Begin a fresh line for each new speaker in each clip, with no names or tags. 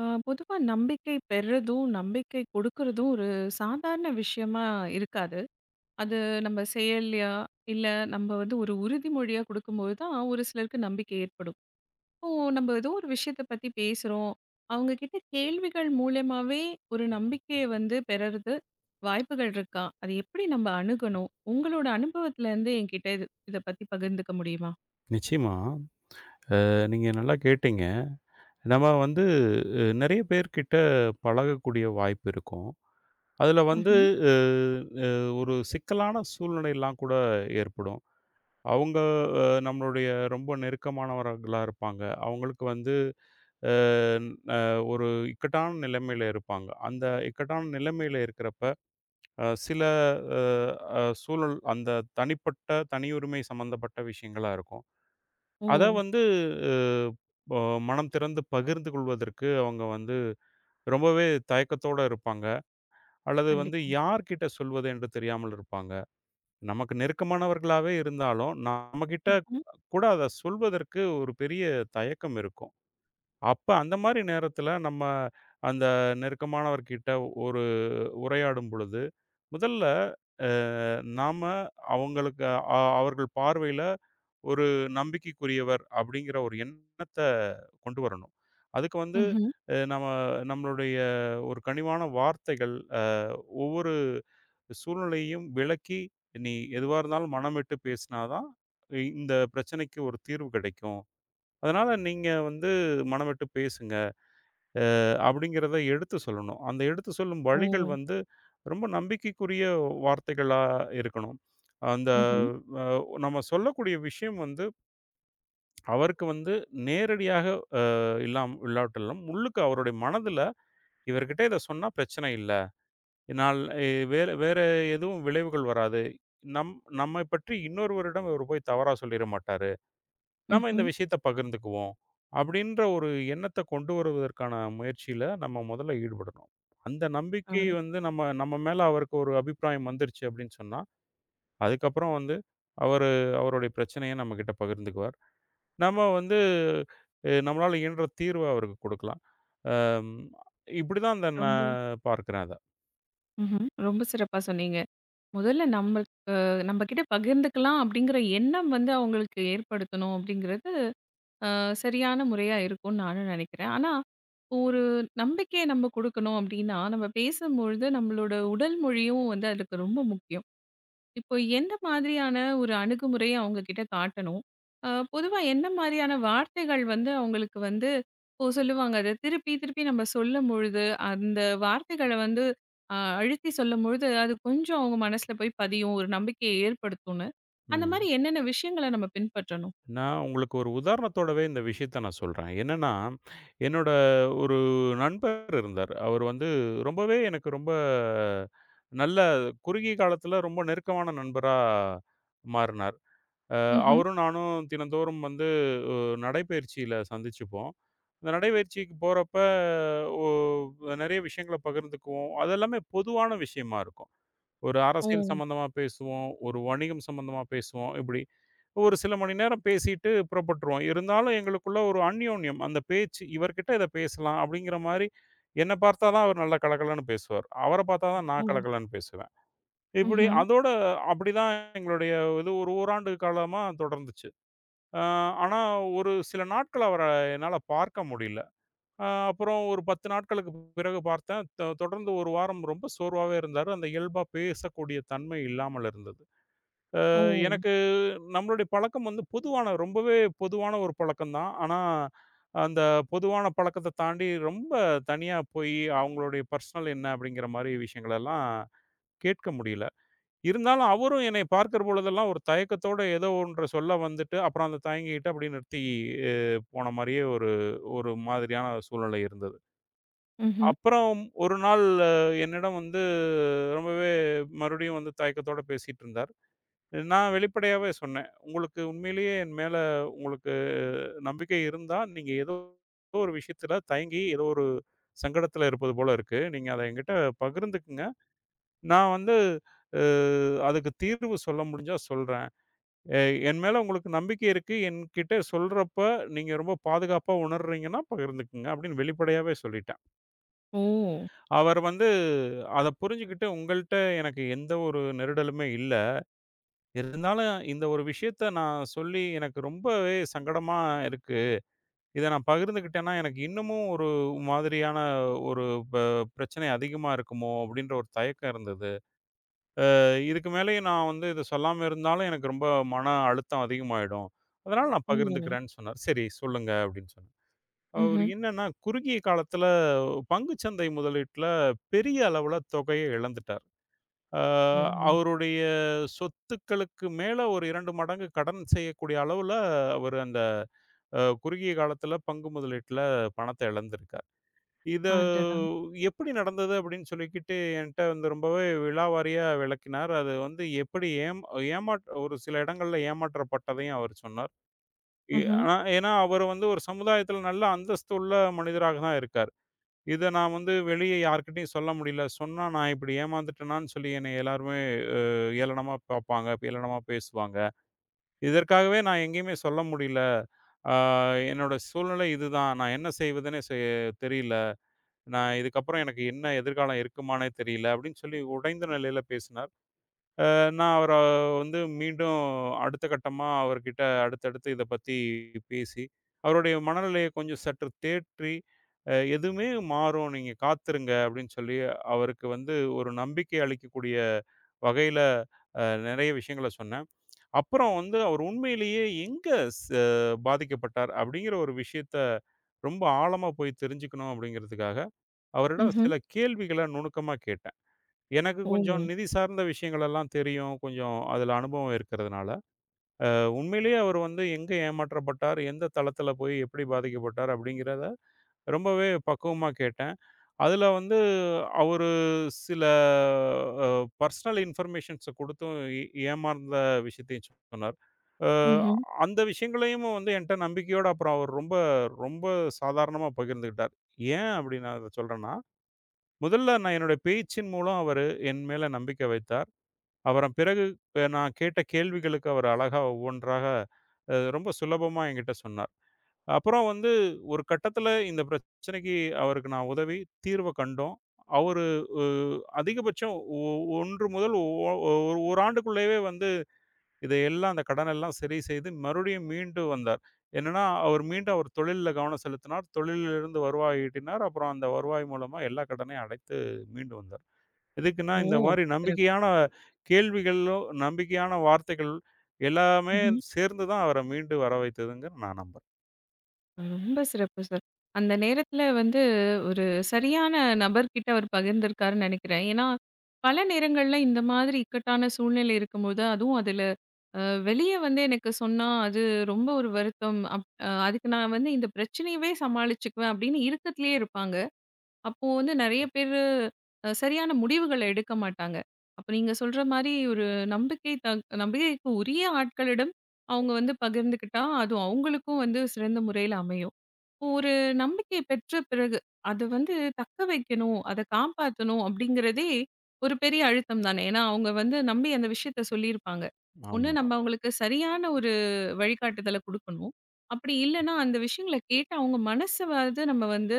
ஆ, பொதுவா நம்பிக்கை பெறுறதும், நம்பிக்கை கொடுக்கறதும் ஒரு சாதாரண விஷயமா இருக்காது. அது நம்ம செயல்லயா, இல்ல நம்ம வந்து ஒரு உறுதிமொழியா குடுக்கும்போது தான், ஒரு சிலருக்கு நம்பிக்கை ஏற்படும். இப்போ நம்ம ஏதோ ஒரு விஷயத்த பத்தி பேசுறோம். அவங்க கிட்ட கேள்விகள் மூலியமாவே ஒரு நம்பிக்கைய வந்து பெறறது வாய்ப்புகள் இருக்கா? அது எப்படி நம்ம அணுகணும்? உங்களோட அனுபவத்துல இருந்து என்கிட்ட இத பத்தி பகிர்ந்துக்க முடியுமா?
நிச்சயமா. நீங்க நல்லா கேட்டீங்க. நம்ம வந்து நெறைய பேர்கிட்ட பழகக்கூடிய வாய்ப்பு இருக்கும். அதுல வந்து
ம்ஹ்ம்.
அ அ ஒரு சிக்கலான சூழ்நிலைலாம் கூட ஏற்படும். அவங்க நம்மளுடைய ரொம்ப நெருக்கமானவர்களா இருப்பாங்க. அவங்களுக்கு வந்து அ அ ஒரு இக்கட்டான நிலைமையில இருப்பாங்க. அந்த இக்கட்டான நிலைமையில இருக்கிறப்ப, சில அ அ சூழல் அந்த தனிப்பட்ட, தனியுரிமை சம்மந்தப்பட்ட விஷயங்களா இருக்கும்.
ஓ!
அத வந்து அ ப மனம் திறந்து பகிர்ந்து கொள்வதற்கு அவங்க வந்து ரொம்பவே தயக்கத்தோட இருப்பாங்க. அல்லது வந்து
கண்டிப்பா.
யார்கிட்ட சொல்வது என்று தெரியாமல் இருப்பாங்க. நமக்கு நெருக்கமானவர்களாவே இருந்தாலும், நம்மகிட்ட
ம்ஹ்ம்.
கூட அத சொல்வதற்கு ஒரு பெரிய தயக்கம் இருக்கும். அப்ப அந்த மாரி நேரத்தில நம்ம அந்த நெருக்கமானவர்கிட்ட ஒரு உரையாடும் பொழுது, முதல்ல அ நாம அவங்களுக்கு அவர்கள் பார்வையில ஒரு நம்பிக்கைக்குரியவர் அப்படிங்கிற ஒரு எண்ணத்த கொண்டு வரணும். அதுக்கு வந்து
ம்ஹ்ம்.
நம்ம நம்மளுடைய ஒரு கனிவான வார்த்தைகள், அ ஒவ்வொரு சூழ்நிலையையும் விளக்கி, "நீ எதுவா இருந்தாலும் மனம் விட்டு பேசினா தான், இந்த பிரச்சனைக்கு ஒரு தீர்வு கிடைக்கும். அதனால நீங்க வந்து மனம் விட்டு பேசுங்க." அப்படிங்கிறத எடுத்து சொல்லணும். அந்த எடுத்து சொல்லும்
ஓ!
வழிகள் வந்து ரொம்ப நம்பிக்கைக்குரிய வார்த்தைகளா இருக்கணும். அந்த
ம்ஹ்ம்.
அ நம்ம சொல்லக்கூடிய விஷயம் வந்து, அவருக்கு வந்து நேரடியாக இல்லாம் இல்லாட்டிலும், உள்ளுக்கு அவருடைய மனதில இவர்கிட்ட இத சொன்னா பிரச்சனை இல்ல. நாள் எ வேற வேற எதுவும் விளைவுகள் வராது. நம் நம்மை பற்றி இன்னொருவரிடம் இவர் போய் தவறா சொல்லிற மாட்டாரு. நம்ம இந்த
ம்ஹ்ம்.
விஷயத்த பகிர்ந்துக்குவோம். அப்படின்ற ஒரு எண்ணத்த கொண்டு வருவதற்கான முயற்சியில நம்ம முதல்ல ஈடுபடணும். அந்த
ஆ.
நம்பிக்கை வந்து நம்ம நம்ம மேல அவருக்கு ஒரு அபிப்பிராயம் வந்துருச்சு அப்படின்னு சொன்னா, அதுக்கப்புறம் வந்து அவரு அவருடைய பிரச்சனைய நம்மகிட்ட பகிர்ந்துக்குவார். நம்ம வந்து நம்மளால இயன்ற தீர்வ அவருக்கு கொடுக்கலாம். அம் இப்படிதான் அந்த
ரொம்ப
நான் பார்க்கிறேன் அத.
ம்ஹ்ம். ரொம்ப சிறப்பா சொன்னீங்க. முதல்ல நம்மளுக்கு நம்ம கிட்ட பகிர்ந்துக்கலாம் அப்படிங்கிற எண்ணம் வந்து அவங்களுக்கு ஏற்படுத்தணும் அப்படிங்கிறது சரியான முறையா இருக்கும்னு நானும் நினைக்கிறேன். ஆனா, ஒரு நம்பிக்கைய நம்ம குடுக்கணும் அப்படின்னா, நம்ம பேசும்பொழுது நம்மளோட உடல் மொழியும் வந்து அதுக்கு ரொம்ப முக்கியம். இப்போ எந்த மாதிரியான ஒரு அணுகுமுறைய அவங்க கிட்ட காட்டணும்? அ பொதுவா என்ன மாரியான வார்த்தைகள் வந்து அவங்களுக்கு வந்து இப்போ சொல்லுவாங்க. அத திருப்பி, திருப்பி நம்ம சொல்லும்பொழுது, அந்த வார்த்தைகள வந்து அழுத்தி சொல்லும்பொழுது, அது கொஞ்சம் அவங்க மனசுல போய் பதியும். ஒரு நம்பிக்கைய ஏற்படுத்தும்னு. அந்த
ம்.
மாரி என்னென்ன விஷயங்கள நம்ம பின்பற்றணும்?
நான் உங்களுக்கு ஒரு உதாரணத்தோடவே இந்த விஷயத்த நான் சொல்றேன். என்னன்னா, என்னோட ஒரு நண்பர் இருந்தார். அவர் வந்து ரொம்பவே எனக்கு ரொம்ப நல்ல குறுகிய காலத்தில ரொம்ப நெருக்கமான நண்பரா மாறுனார். அ
ம்ஹ்ம்.
அவரும் நானும் தினந்தோறும் வந்து அ நடைப்பயிற்சியில சந்திச்சுப்போம். அந்த நடைப்பயிற்சிக்கு போறப்ப, ஒ நிறைய விஷயங்கள பகிர்ந்துக்குவோம். அதெல்லாமே பொதுவான விஷயமா இருக்கும். ஒரு
ஓ!
அரசியல் சம்மந்தமா பேசுவோம், ஒரு வணிகம் சம்மந்தமா பேசுவோம், இப்படி. ஒரு சில மணி நேரம் பேசிட்டு புறப்பட்டுருவோம். இருந்தாலும் எங்களுக்குள்ள ஒரு அந்யோன்யம். அந்த பேச்சு இவர்கிட்ட இத பேசலாம் அப்படிங்கிற மாரி என்ன பார்த்தா தான் அவர் நல்லா கலகலன்னு பேசுவார். அவர பார்த்தா தான்
ஓ!
நான் கலகலன்னு பேசுவேன். இப்படி
ம்ஹ்ம்.
அதோட அப்படிதான் எங்களுடைய இது ஒரு ஓராண்டு காலமா தொடர்ந்துச்சு. அ ஆனா ஒரு சில நாட்கள் அவர என்னால பார்க்க முடியல. அப்புறம் ஒரு 10 நாட்களுக்கு பிறகு பார்த்தேன். தொடர்ந்து 1 வாரம் ரொம்ப சோர்வாவே இருந்தாரு. அந்த இயல்பா பேசக்கூடிய தன்மை இல்லாமல் இருந்தது.
ஓ!
எனக்கு நம்மளுடைய பழக்கம் வந்து பொதுவான ரொம்பவே பொதுவான ஒரு பழக்கம் தான். ஆனா, அந்த பொதுவான பழக்கத்த தாண்டி ரொம்ப தனியா போய் அவங்களுடைய பர்சனல் என்ன அப்படிங்கிற மாரி விஷயங்களெல்லாம் கேட்க முடியல. இருந்தாலும் அவரும் என்னை பார்க்கிற பொழுதெல்லாம் ஒரு தயக்கத்தோட ஏதோ ஒன்ற சொல்ல வந்துட்டு, அப்புறம் அந்த தயங்கிக்கிட்டு அப்படியே நிறுத்தி அ போன மாரியே ஒரு ஒரு மாதிரியான சூழ்நிலை இருந்தது.
ம்ஹ்ம்.
அப்புறம் ஒரு நாள் என்னிடம் வந்து ரொம்பவே மறுபடியும் வந்து தயக்கத்தோட பேசிட்டு இருந்தார். நான் வெளிப்படையாவே சொன்னேன். உங்களுக்கு உண்மையிலேயே என் மேல உங்களுக்கு நம்பிக்கை இருந்தா, நீங்க ஏதோ ஒரு விஷயத்துல தயங்கி ஏதோ ஒரு சங்கடத்துல இருப்பது போல இருக்கு. நீங்க அத என்கிட்ட பகிர்ந்துக்குங்க. நான் வந்து அ அதுக்கு தீர்வு சொல்ல முடிஞ்சா சொல்றேன். எ என் மேல உங்களுக்கு நம்பிக்கை இருக்கு. என்கிட்ட சொல்றப்ப நீங்க ரொம்ப பாதுகாப்பா உணர்றீங்கன்னா பகிர்ந்துக்குங்க அப்படின்னு வெளிப்படையாவே சொல்லிட்டேன்.
ஓ!
அவர் வந்து அத புரிஞ்சுகிட்டு, உங்கள்ட்ட எனக்கு எந்த ஒரு நெருடலுமே இல்ல. இருந்தாலும் இந்த ஒரு விஷயத்த நான் சொல்லி எனக்கு ரொம்பவே சங்கடமா இருக்கு. இத நான் பகிர்ந்துக்கிட்டேன்னா, எனக்கு இன்னமும் ஒரு மாதிரியான ஒரு ப பிரச்சனை அதிகமா இருக்குமோ! அப்பிடின்ற ஒரு தயக்கம் இருந்தது. இதுக்கு மேலேயும் நான் வந்து இத சொல்லாம இருந்தாலும் எனக்கு ரொம்ப மன அழுத்தம் அதிகமாயிடும். அதனால நான்
ஓ!
பகிர்ந்துக்கிறேன்னு சொன்னார். சரி சொல்லுங்க அப்பிடின்னு சொன்னேன். அவரு
ம்ஹ்ம்.
என்னன்னா, குறுகிய காலத்தில பங்குச்சந்தை முதலீட்ல பெரிய அளவுல தொகைய இழந்துட்டார். அ
ஓ!
அவருடைய சொத்துக்களுக்கு மேல ஒரு 2 மடங்கு கடன் செய்யக்கூடிய அளவுல அவரு அந்த குறுகிய காலத்துல பங்கு முதலீட்டுல பணத்த இழந்திருக்கார். இத
அடடா!
எப்படி நடந்தது அப்படின்னு சொல்லிக்கிட்டு என்ட்ட வந்து ரொம்பவே விலாவாரியா விளக்கினார். அது வந்து எப்படி ஏம் ஏமாற் ஒரு சில இடங்கள்ல ஏமாற்றப்பட்டதையும் அவர் சொன்னார்.
ம்ஹ்ம்.
ஆனா ஏன்னா அவரு வந்து ஒரு சமுதாயத்துல நல்ல அந்தஸ்து உள்ள மனிதராக தான் இருக்கார். இத நான் வந்து வெளிய யார்கிட்டயும் சொல்ல முடியல. சொன்னா நான் இப்படி ஏமாந்துட்டேனான்னு சொல்லி என்னைய எல்லாருமே அ ஏளனமா பார்ப்பாங்க. ஏளனமா பேசுவாங்க. இதற்காகவே நான் எங்கேயுமே சொல்ல முடியல. ஆ என்னோட சூழ்நிலை இதுதான். நான் என்ன செய்வதுன்னே தெரியல. நான் இதுக்கப்புறம் எனக்கு என்ன எதிர்காலம் இருக்குமான்னே தெரியல அப்படின்னு சொல்லி உடைந்த நிலையில பேசினார். நான் அவர வந்து மீண்டும் அடுத்த கட்டமா அவர்கிட்ட அடுத்தடுத்து இத பத்தி பேசி, அவருடைய மனநிலைய கொஞ்சம் சற்று தேற்றி, "எதுவுமே மாறும். நீங்க காத்திருங்க" அப்படின்னு சொல்லி அவருக்கு வந்து ஒரு நம்பிக்கை அளிக்கக்கூடிய வகையில நெறைய விஷயங்கள சொன்னேன். அப்புறம் வந்து அவர் உண்மையிலேயே எங்க ச பாதிக்கப்பட்டார் அப்படிங்கிற ஒரு விஷயத்த ரொம்ப ஆழமா போய் தெரிஞ்சுக்கணும் அப்படிங்கிறதுக்காக, அவரிடம்
ம்ஹ்ம்.
சில கேள்விகள நுணுக்கமா கேட்டேன். எனக்கு
ஓ!
கொஞ்சம் நிதி சார்ந்த விஷயங்கள் எல்லாம் தெரியும். கொஞ்சம் அதில அனுபவம் இருக்கிறதுனால, உண்மையிலேயே அவர் வந்து எங்க ஏமாற்றப்பட்டார்? எந்த தளத்தில போய் எப்படி பாதிக்கப்பட்டார்? அப்படிங்கிறத ரொம்பவே பக்குவமா கேட்டேன். அதில வந்து அவரு சில அ பர்சனல் இன்ஃபர்மேஷன்ஸ குடுத்தும் ஏமாந்த விஷயத்தையும் சொன்னார். அ
ம்ஹ்ம்.
அந்த விஷயங்களையும் வந்து என்ட்ட நம்பிக்கையோட அப்புறம் அவர் ரொம்ப, ரொம்ப சாதாரணமா பகிர்ந்துக்கிட்டார். ஏன் அப்படி நான் அத சொல்றேன்னா, முதல்ல நான் என்னுடைய பேச்சின் மூலம் அவரு என் மேல நம்பிக்கை வைத்தார். அப்புறம் பிறகு நான் கேட்ட கேள்விகளுக்கு அவர் அழகா ஒவ்வொன்றாக ரொம்ப சுலபமா என்கிட்ட சொன்னார். அப்புறம் வந்து ஒரு கட்டத்தில இந்த பிரச்சனைக்கு அவருக்கு நான் உதவி தீர்வ கண்டோம். அவரு அ அதிகபட்சம் 1 முதல் ஒ ஒ 1 ஆண்டுக்குள்ளேயே வந்து இதையெல்லாம் அந்த கடனெல்லாம் சரி செய்து மறுபடியும் மீண்டு வந்தார். என்னன்னா, அவர் மீண்டும் அவர் தொழில்ல கவனம் செலுத்தினார். தொழிலிலிருந்து வருவாய் ஈட்டினார். அப்புறம் அந்த வருவாய் மூலமா எல்லா கடனையும் அடைத்து மீண்டு வந்தார். எதுக்குன்னா,
ஓ!
இந்த மாரி
சிறப்பு.
நம்பிக்கையான கேள்விகளோ, நம்பிக்கையான வார்த்தைகள் எல்லாமே
ம்ஹ்ம்.
சேர்ந்து தான் அவர மீண்டு வர வைத்ததுங்க நான் நம்புறேன்.
ரொம்ப சிறப்பு சார். அந்த நேரத்துல வந்து ஒரு சரியான நபர்கிட்ட அவர் பகிர்ந்திருக்காருன்னு நெனைக்கிறேன். ஏன்னா, பல நேரங்கள்ல இந்த மாதிரி இக்கட்டான சூழ்நிலை இருக்கும்போது, அதுவும் அதுல அ வெளிய வந்து எனக்கு சொன்னா அது ரொம்ப ஒரு வருத்தம். அப் அ அதுக்கு நான் வந்து இந்த பிரச்சனையவே சமாளிச்சுக்குவேன் அப்படின்னு இருக்கத்திலேயே இருப்பாங்க. அப்போ வந்து நெறைய பேரு சரியான முடிவுகள எடுக்க மாட்டாங்க. அப்ப நீங்க சொல்ற மாரி ஒரு நம்பிக்கை த நம்பிக்கைக்கு உரிய ஆட்களிடம் அவங்க வந்து பகிர்ந்துக்கிட்டா, அது அவங்களுக்கும் வந்து சிறந்த முறையில அமையும். ஒரு நம்பிக்கை பெற்ற பிறகு அது வந்து தக்க வைக்கணும், அத காப்பாத்தணும் அப்படிங்கிறதே ஒரு பெரிய அழுத்தம் தானே. ஏன்னா, அவங்க வந்து நம்பி அந்த விஷயத்த சொல்லியிருப்பாங்க. ஒண்ணு
ஆமா.
நம்ம அவங்களுக்கு சரியான ஒரு வழிகாட்டுதல குடுக்கணும். அப்படி இல்லன்னா, அந்த விஷயங்கள கேட்டு அவங்க மனசவாவது நம்ம வந்து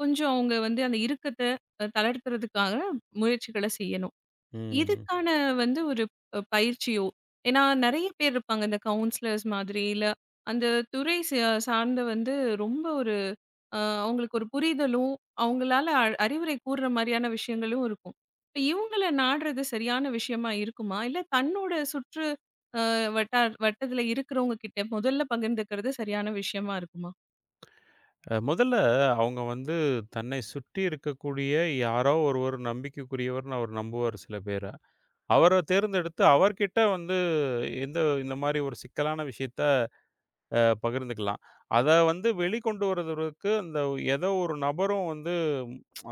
கொஞ்சம் அவங்க வந்து அந்த இறுக்கத்த தளர்த்துறதுக்காக முயற்சிகள செய்யணும்.
ம்.
இதுக்கான வந்து ஒரு பயிற்சியோ ஏன்னா நெறைய பேர் இருப்பாங்க. இந்த கவுன்சிலர்ஸ் மாதிரி, இல்ல அந்த துறை ச சார்ந்த வந்து ரொம்ப ஒரு அ அவங்களுக்கு ஒரு புரிதலும், அவங்களால அறிவுரை கூர்ற மாரியான விஷயங்களும் இருக்கும். இப்ப இவங்கள நாடுறது சரியான விஷயமா இருக்குமா? இல்ல தன்னோட சுற்று அ வட்டத்துல இருக்கிறவங்க கிட்ட முதல்ல பகிர்ந்துக்கிறது சரியான விஷயமா இருக்குமா?
முதல்ல அவங்க வந்து தன்னை சுற்றி இருக்கக்கூடிய யாரோ ஒருவர் நம்பிக்கைக்குரியவர்ன்னு அவர் நம்புவாரு சில பேர. அவர தேர்ந்தெடுத்து அவர்கிட்ட வந்து எந்த இந்த மாரி ஒரு சிக்கலான விஷயத்த பகிர்ந்துக்கலாம். அத வந்து வெளிக்கொண்டு வரதற்கு அந்த ஏதோ ஒரு நபரும் வந்து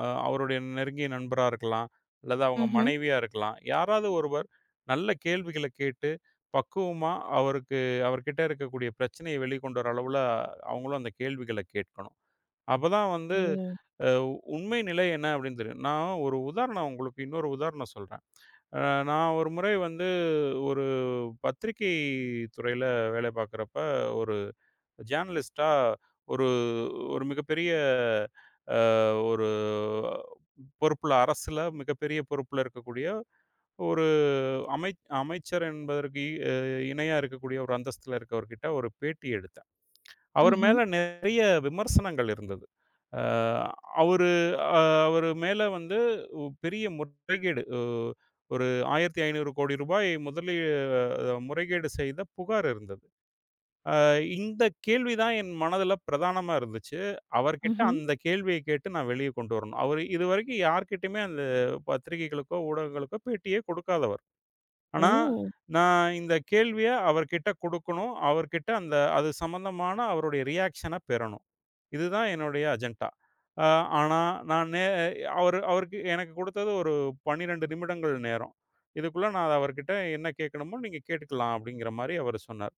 அவருடைய நெருங்கிய நண்பரா இருக்கலாம். அல்லது அவங்க
ம்ஹ்ம்.
மனைவியா இருக்கலாம். யாராவது ஒருவர் நல்ல கேள்விகள கேட்டு பக்குவமா அவருக்கு அவர்கிட்ட இருக்கக்கூடிய பிரச்சனைய வெளிக்கொண்டு வர அளவுல அவங்களும் அந்த கேள்விகள கேட்கணும். அப்பதான்
ஓ!
வந்து அ உண்மை நிலை என்ன அப்படின்னு தெரியும். நான் ஒரு உதாரணம் உங்களுக்கு இன்னொரு உதாரணம் சொல்றேன். அ நான் ஒரு முறை வந்து ஒரு பத்திரிகை துறையில வேலை பார்க்குறப்ப ஒரு ஜேர்னலிஸ்ட்டா ஒரு ஒரு மிகப்பெரிய அ ஒரு பொறுப்புல அரசுல மிகப்பெரிய பொறுப்புல இருக்கக்கூடிய ஒரு அமை அமைச்சர் என்பதற்கு அ இணையா இருக்கக்கூடிய ஒரு அந்தஸ்துல இருக்கவர்கிட்ட ஒரு பேட்டி எடுத்தேன். அவர்
ம்ஹ்ம்.
மேல நிறைய விமர்சனங்கள் இருந்தது. அ அவரு அ அவரு மேல வந்து பெரிய முறைகேடு ஒரு ரூ. 1500 கோடி ரூபாய் முதலீ அ முறைகேடு செய்த புகார் இருந்தது. இந்த கேள்வி தான் என் மனதில பிரதானமா இருந்துச்சு. அவர்கிட்ட
ம்ஹ்ம்.
அந்த கேள்விய கேட்டு நான் வெளிய கொண்டு வரணும். அவரு இதுவரைக்கும் யார்கிட்டயுமே அந்த பத்திரிகைகளுக்கோ, ஊடகங்களுக்கோ பேட்டியே கொடுக்காதவர். ஆனா,
ஓ!
நான் இந்த கேள்விய அவர்கிட்ட கொடுக்கணும். அவர்கிட்ட அந்த அது சம்மந்தமான அவருடைய ரியாக்ஷன பெறணும். இதுதான் என்னுடைய அஜெண்டா. அ ஆனா, நான் நே அவரு அவருக்கு எனக்கு கொடுத்தது ஒரு 12 நிமிடங்கள் நேரம். இதுக்குள்ள நான் அவர்கிட்ட என்ன கேட்கணுமோ, நீங்க கேட்டுக்கலாம் அப்படிங்கிற மாரி அவரு சொன்னார்.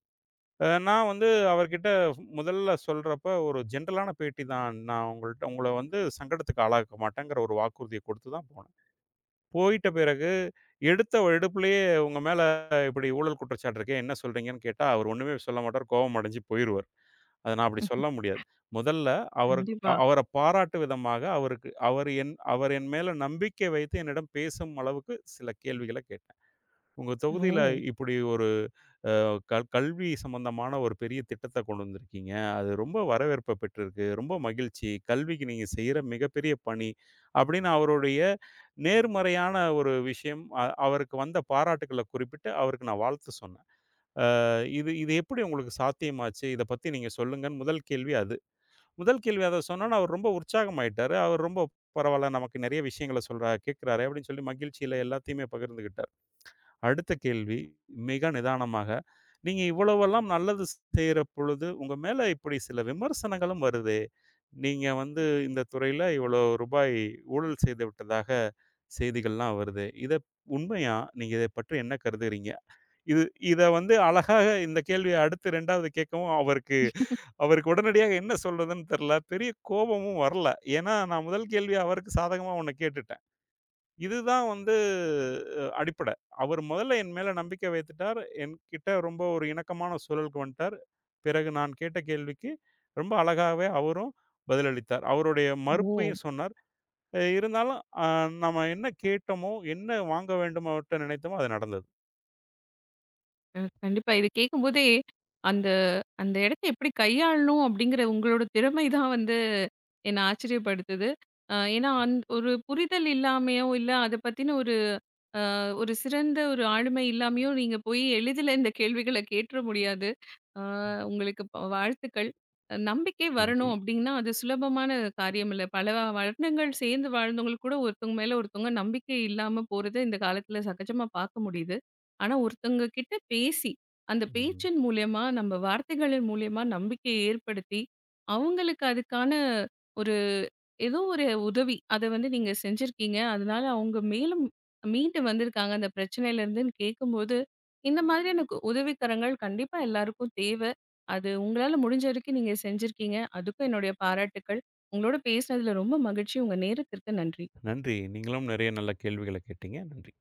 நான் வந்து அவர்கிட்ட முதல்ல சொல்றப்ப ஒரு ஜென்ரலான பேட்டி தான். நான் உங்கள்ட்ட உங்கள வந்து சங்கடத்துக்கு ஆளாக்க மாட்டேங்கிற ஒரு வாக்குறுதிய குடுத்து தான் போனேன். போயிட்ட பிறகு எடுத்த எடுப்பிலேயே உங்க மேல இப்படி ஊழல் குற்றச்சாட்டு இருக்கே, என்ன சொல்றீங்கன்னு கேட்டா, அவர் ஒண்ணுமே சொல்ல மாட்டார். கோவம் அடைஞ்சு போயிருவார். அத நான் அப்படி சொல்ல
ம்ஹும்.
முடியாது. முதல்ல அவருக்கு
கண்டிப்பா.
அவர பாராட்டு விதமாக அவருக்கு அவர் என் மேல நம்பிக்கை வைத்து என்னிடம் பேசும் அளவுக்கு சில கேள்விகள கேட்டேன். உங்க தொகுதியில
ஓ!
இப்படி ஒரு கல்வி சம்மந்தமான ஒரு பெரிய திட்டத்த கொண்டு வந்திருக்கீங்க. அது ரொம்ப வரவேற்ப பெற்றிருக்கு. ரொம்ப மகிழ்ச்சி. கல்விக்கு நீங்க செய்ற மிகப்பெரிய பணி அப்படின்னு அவருடைய நேர்மறையான ஒரு விஷயம். அவருக்கு வந்த பாராட்டுக்கள குறிப்பிட்டு அவருக்கு நான் வாழ்த்து சொன்னேன். அ இது இது எப்படி உங்களுக்கு சாத்தியமாச்சு? இத பத்தி நீங்க சொல்லுங்கன்னு முதல் கேள்வி அது. முதல் கேள்வி அத சொன்னோனே அவர் ரொம்ப உற்சாகமாயிட்டாரு. அவர் ரொம்ப பரவால்ல நமக்கு நெறைய விஷயங்கள சொல்றா கேட்கிறாரே அப்படின்னு சொல்லி மகிழ்ச்சியில எல்லாத்தையுமே பகிர்ந்துகிட்டார். அடுத்த கேள்வி மிக நிதானமாக, நீங்க இவ்வளவெல்லாம் நல்லது செய்ற பொழுது, உங்க மேல இப்படி சில விமர்சனங்களும் வருதே. நீங்க வந்து இந்த துறையில இவ்வளோ ரூபாய் ஊழல் செய்து விட்டதாக செய்திகள்லாம் வருது. இத உண்மையா? நீங்க இத பற்றி என்ன கருதுறீங்க? இது இத வந்து அழகாக இந்த கேள்விய அடுத்து 2வது கேட்கவும் அவருக்கு அவருக்கு உடனடியாக என்ன சொல்றதுன்னு தெர்ல. பெரிய கோபமும் வரல. ஏன்னா, நான் முதல் கேள்வி அவருக்கு சாதகமா ஒண்ண கேட்டுட்டேன். இதுதான் வந்து அடிப்படை. அவர் முதல்ல என் மேல நம்பிக்கை வைத்துட்டார். என்கிட்ட ரொம்ப ஒரு இணக்கமான சூழலுக்கு வந்துட்டார். பிறகு நான் கேட்ட கேள்விக்கு ரொம்ப அழகாவே அவரும் பதிலளித்தார். அவருடைய
ஓ!
மறுப்பையும் சொன்னார். இருந்தாலும் நம்ம என்ன கேட்டோமோ, என்ன வாங்க வேண்டும் அவர்ட்ட நினைத்தோமோ அது நடந்தது.
கண்டிப்பா. இது கேட்கும்போதே, அந்த அந்த இடத்த எப்படி கையாளணும் அப்படிங்கிற உங்களோட திறமை தான் வந்து என்ன ஆச்சரியப்படுத்துது. ஏன்னா, ஒரு புரிதல் இல்லாமையோ, இல்ல அத பத்தின ஒரு ஒரு சிறந்த ஒரு ஆளுமை இல்லாமயும் நீங்க போய் எளிதில இந்த கேள்விகள கேட்டுற முடியாது. ஆ உங்களுக்கு வாழ்த்துக்கள். நம்பிக்கை
நன்றி.
வரணும் அப்டின்னா, அது சுலபமான காரியம் இல்ல. பல வருடங்கள் சேர்ந்து வாழ்ந்தவங்களுக்கு கூட ஒருத்தவங்க மேல ஒருத்தவங்க நம்பிக்கை இல்லாம போறத இந்த காலத்துல சகஜமா பார்க்க முடியுது. ஆனா ஒருத்தவங்க கிட்ட பேசி, அந்த
ம்.
பேச்சின் மூலியமா, நம்ம வார்த்தைகளின் மூலியமா நம்பிக்கைய ஏற்படுத்தி, அவங்களுக்கு அதுக்கான ஏதோ ஒரு உதவி. அத வந்து நீங்க செஞ்சிருக்கீங்க. அதனால அவங்க மேலும் மீண்டு வந்திருக்காங்க அந்த பிரச்சனையிலருந்துன்னு கேட்கும்போது, இந்த மாதிரியான உதவிக்கரங்கள் கண்டிப்பா எல்லாருக்கும் தேவ. அது உங்களால முடிஞ்ச வரைக்கும் நீங்க செஞ்சிருக்கீங்க. அதுக்கும் என்னுடைய பாராட்டுக்கள். உங்களோட பேசினதுல ரொம்ப மகிழ்ச்சி. உங்க நேரத்திற்கு நன்றி.
நன்றி. நீங்களும் நிறைய நல்ல கேள்விகள கேட்டீங்க. நன்றி.